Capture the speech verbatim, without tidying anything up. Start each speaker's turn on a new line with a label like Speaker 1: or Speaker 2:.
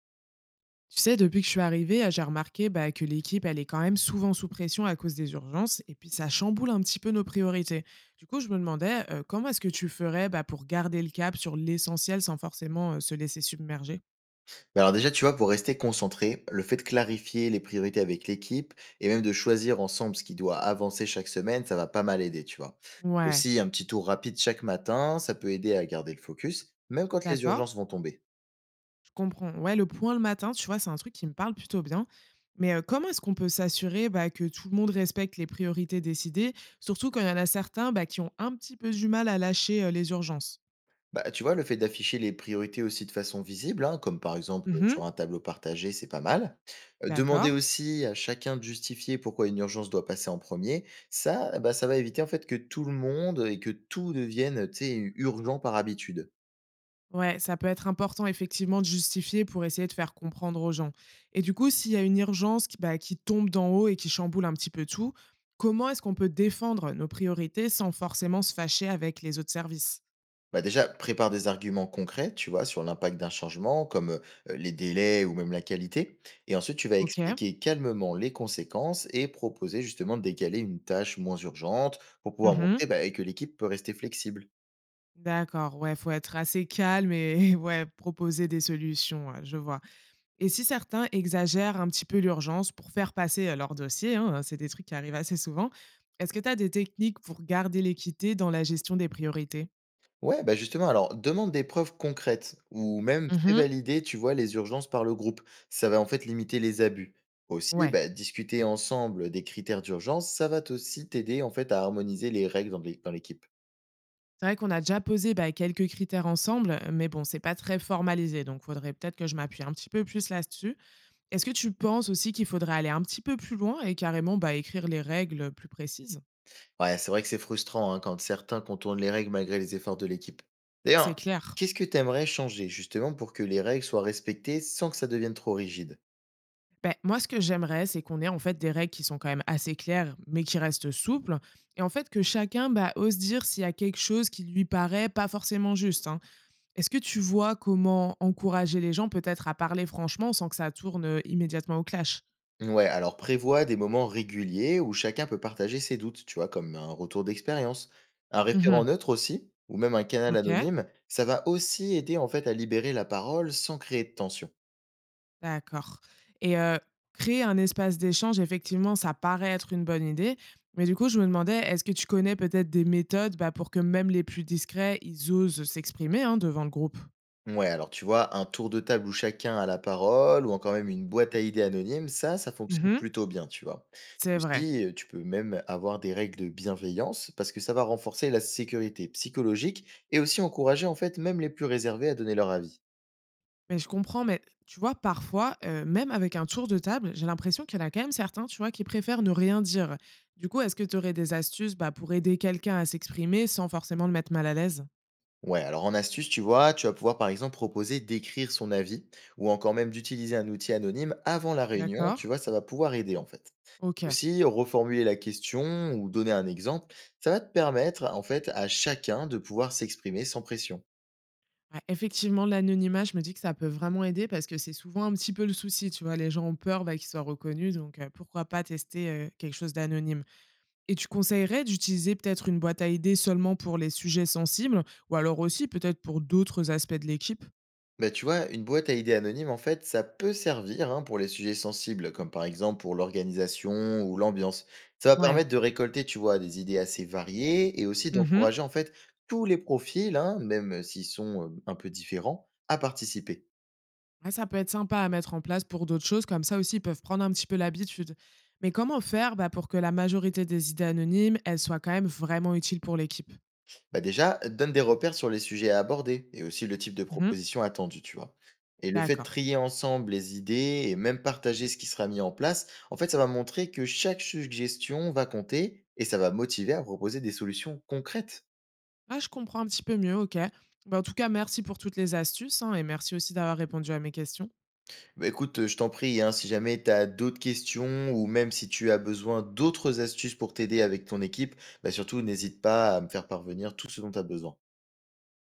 Speaker 1: Tu sais, depuis que je suis arrivée, euh, j'ai remarqué bah, que l'équipe, elle est quand même souvent sous pression à cause des urgences, et puis ça chamboule un petit peu nos priorités. Du coup, je me demandais, euh, comment est-ce que tu ferais bah, pour garder le cap sur l'essentiel sans forcément euh, se laisser submerger.
Speaker 2: Bah alors déjà, tu vois, pour rester concentré, le fait de clarifier les priorités avec l'équipe et même de choisir ensemble ce qui doit avancer chaque semaine, ça va pas mal aider, tu vois.
Speaker 1: Ouais,
Speaker 2: Aussi, un petit tour rapide chaque matin, ça peut aider à garder le focus, même quand les
Speaker 1: d'accord,
Speaker 2: urgences vont tomber.
Speaker 1: je comprends. Ouais, le point le matin, tu vois, c'est un truc qui me parle plutôt bien. Mais euh, comment est-ce qu'on peut s'assurer bah, que tout le monde respecte les priorités décidées, surtout quand il y en a certains bah, qui ont un petit peu du mal à lâcher euh, les urgences.
Speaker 2: Bah, tu vois, le fait d'afficher les priorités aussi de façon visible, hein, comme par exemple sur
Speaker 1: Mhm,
Speaker 2: un tableau partagé, c'est pas mal. Euh, Demander
Speaker 1: d'accord.
Speaker 2: aussi à chacun de justifier pourquoi une urgence doit passer en premier, ça, bah, ça va éviter en fait que tout le monde et que tout devienne, tu sais, urgent par habitude.
Speaker 1: Ouais, ça peut être important effectivement de justifier pour essayer de faire comprendre aux gens. Et du coup, s'il y a une urgence qui, bah, qui tombe d'en haut et qui chamboule un petit peu tout, comment est-ce qu'on peut défendre nos priorités sans forcément se fâcher avec les autres services?
Speaker 2: Bah, déjà, prépare des arguments concrets, tu vois, sur l'impact d'un changement, comme euh, les délais ou même la qualité. Et ensuite, tu vas
Speaker 1: Ok.
Speaker 2: expliquer calmement les conséquences et proposer justement de décaler une tâche moins urgente pour pouvoir
Speaker 1: Mhm.
Speaker 2: montrer bah, que l'équipe peut rester flexible.
Speaker 1: D'accord, ouais, faut être assez calme et ouais, proposer des solutions, ouais, je vois. Et si certains exagèrent un petit peu l'urgence pour faire passer euh, leur dossier, hein, c'est des trucs qui arrivent assez souvent, est-ce que tu as des techniques pour garder l'équité dans la gestion des priorités?
Speaker 2: Ouais, bah justement, alors demande des preuves concrètes ou même fais
Speaker 1: Mhm.
Speaker 2: valider, tu vois, les urgences par le groupe. Ça va en fait limiter les abus. Aussi,
Speaker 1: Ouais.
Speaker 2: bah, discuter ensemble des critères d'urgence, ça va t- aussi t'aider en fait à harmoniser les règles dans l'é- dans l'équipe.
Speaker 1: C'est vrai qu'on a déjà posé, bah, quelques critères ensemble, mais bon, c'est pas très formalisé, donc faudrait peut-être que je m'appuie un petit peu plus là-dessus. Est-ce que tu penses aussi qu'il faudrait aller un petit peu plus loin et carrément, bah, écrire les règles plus précises?
Speaker 2: Ouais, c'est vrai que c'est frustrant hein, quand certains contournent les règles malgré les efforts de l'équipe.
Speaker 1: C'est
Speaker 2: D'ailleurs,
Speaker 1: clair.
Speaker 2: qu'est-ce que tu aimerais changer justement pour que les règles soient respectées sans que ça devienne trop rigide?
Speaker 1: Bah, moi, ce que j'aimerais, c'est qu'on ait en fait des règles qui sont quand même assez claires, mais qui restent souples. Et en fait, que chacun, bah, ose dire s'il y a quelque chose qui lui paraît pas forcément juste, hein. Est-ce que tu vois comment encourager les gens peut-être à parler franchement sans que ça tourne, euh, immédiatement au clash?
Speaker 2: Ouais, alors prévois des moments réguliers où chacun peut partager ses doutes, tu vois, comme un retour d'expérience. Un référent
Speaker 1: Mmh.
Speaker 2: neutre aussi, ou même un canal
Speaker 1: OK.
Speaker 2: anonyme, ça va aussi aider en fait à libérer la parole sans créer de tension.
Speaker 1: D'accord. Et heu, créer un espace d'échange, effectivement, ça paraît être une bonne idée. Mais du coup, je me demandais, est-ce que tu connais peut-être des méthodes, bah, pour que même les plus discrets, ils osent s'exprimer, hein, devant le groupe?
Speaker 2: Ouais, alors tu vois, un tour de table où chacun a la parole ou encore même une boîte à idées anonyme, ça, ça fonctionne
Speaker 1: Mmh.
Speaker 2: plutôt bien, tu vois.
Speaker 1: C'est vrai.
Speaker 2: Aussi, euh, tu peux même avoir des règles de bienveillance parce que ça va renforcer la sécurité psychologique et aussi encourager en fait même les plus réservés à donner leur avis.
Speaker 1: Mais je comprends, mais tu vois, parfois, heu, même avec un tour de table, j'ai l'impression qu'il y en a quand même certains, tu vois, qui préfèrent ne rien dire. Du coup, est-ce que tu aurais des astuces, bah, pour aider quelqu'un à s'exprimer sans forcément le mettre mal à l'aise?
Speaker 2: Ouais, alors en astuce, tu vois, tu vas pouvoir par exemple proposer d'écrire son avis ou encore même d'utiliser un outil anonyme avant la réunion, tu
Speaker 1: D'accord.
Speaker 2: vois, ça va pouvoir aider en fait.
Speaker 1: OK.
Speaker 2: Aussi, reformuler la question ou donner un exemple, ça va te permettre en fait à chacun de pouvoir s'exprimer sans pression.
Speaker 1: Ouais, effectivement, l'anonymat, je me dis que ça peut vraiment aider parce que c'est souvent un petit peu le souci, tu vois. Les gens ont peur bah, qu'ils soient reconnus, donc euh, pourquoi pas tester euh, quelque chose d'anonyme. Et tu conseillerais d'utiliser peut-être une boîte à idées seulement pour les sujets sensibles, ou alors aussi peut-être pour d'autres aspects de l'équipe?
Speaker 2: Bah, tu vois, une boîte à idées anonyme, en fait, ça peut servir hein, pour les sujets sensibles, comme par exemple pour l'organisation ou l'ambiance. Ça va
Speaker 1: Ouais.
Speaker 2: permettre de récolter, tu vois, des idées assez variées et aussi
Speaker 1: Mhm.
Speaker 2: d'encourager en fait tous les profils, hein, même s'ils sont euh, un peu différents, à participer.
Speaker 1: Ouais, ça peut être sympa à mettre en place pour d'autres choses, comme ça aussi ils peuvent prendre un petit peu l'habitude. Mais comment faire bah, pour que la majorité des idées anonymes, elles soient quand même vraiment utiles pour l'équipe?
Speaker 2: Bah déjà, donne des repères sur les sujets à aborder et aussi le type de
Speaker 1: Mhm.
Speaker 2: proposition attendue, tu vois. Et le fait de
Speaker 1: D'accord.
Speaker 2: trier ensemble les idées et même partager ce qui sera mis en place, en fait, ça va montrer que chaque suggestion va compter et ça va motiver à proposer des solutions concrètes.
Speaker 1: Ah, je comprends un petit peu mieux, OK. Bah, en tout cas, merci pour toutes les astuces, hein, et merci aussi d'avoir répondu à mes questions.
Speaker 2: Bah écoute, euh, je t'en prie, hein, si jamais tu as d'autres questions ou même si tu as besoin d'autres astuces pour t'aider avec ton équipe, bah surtout n'hésite pas à me faire parvenir tout ce dont tu as besoin.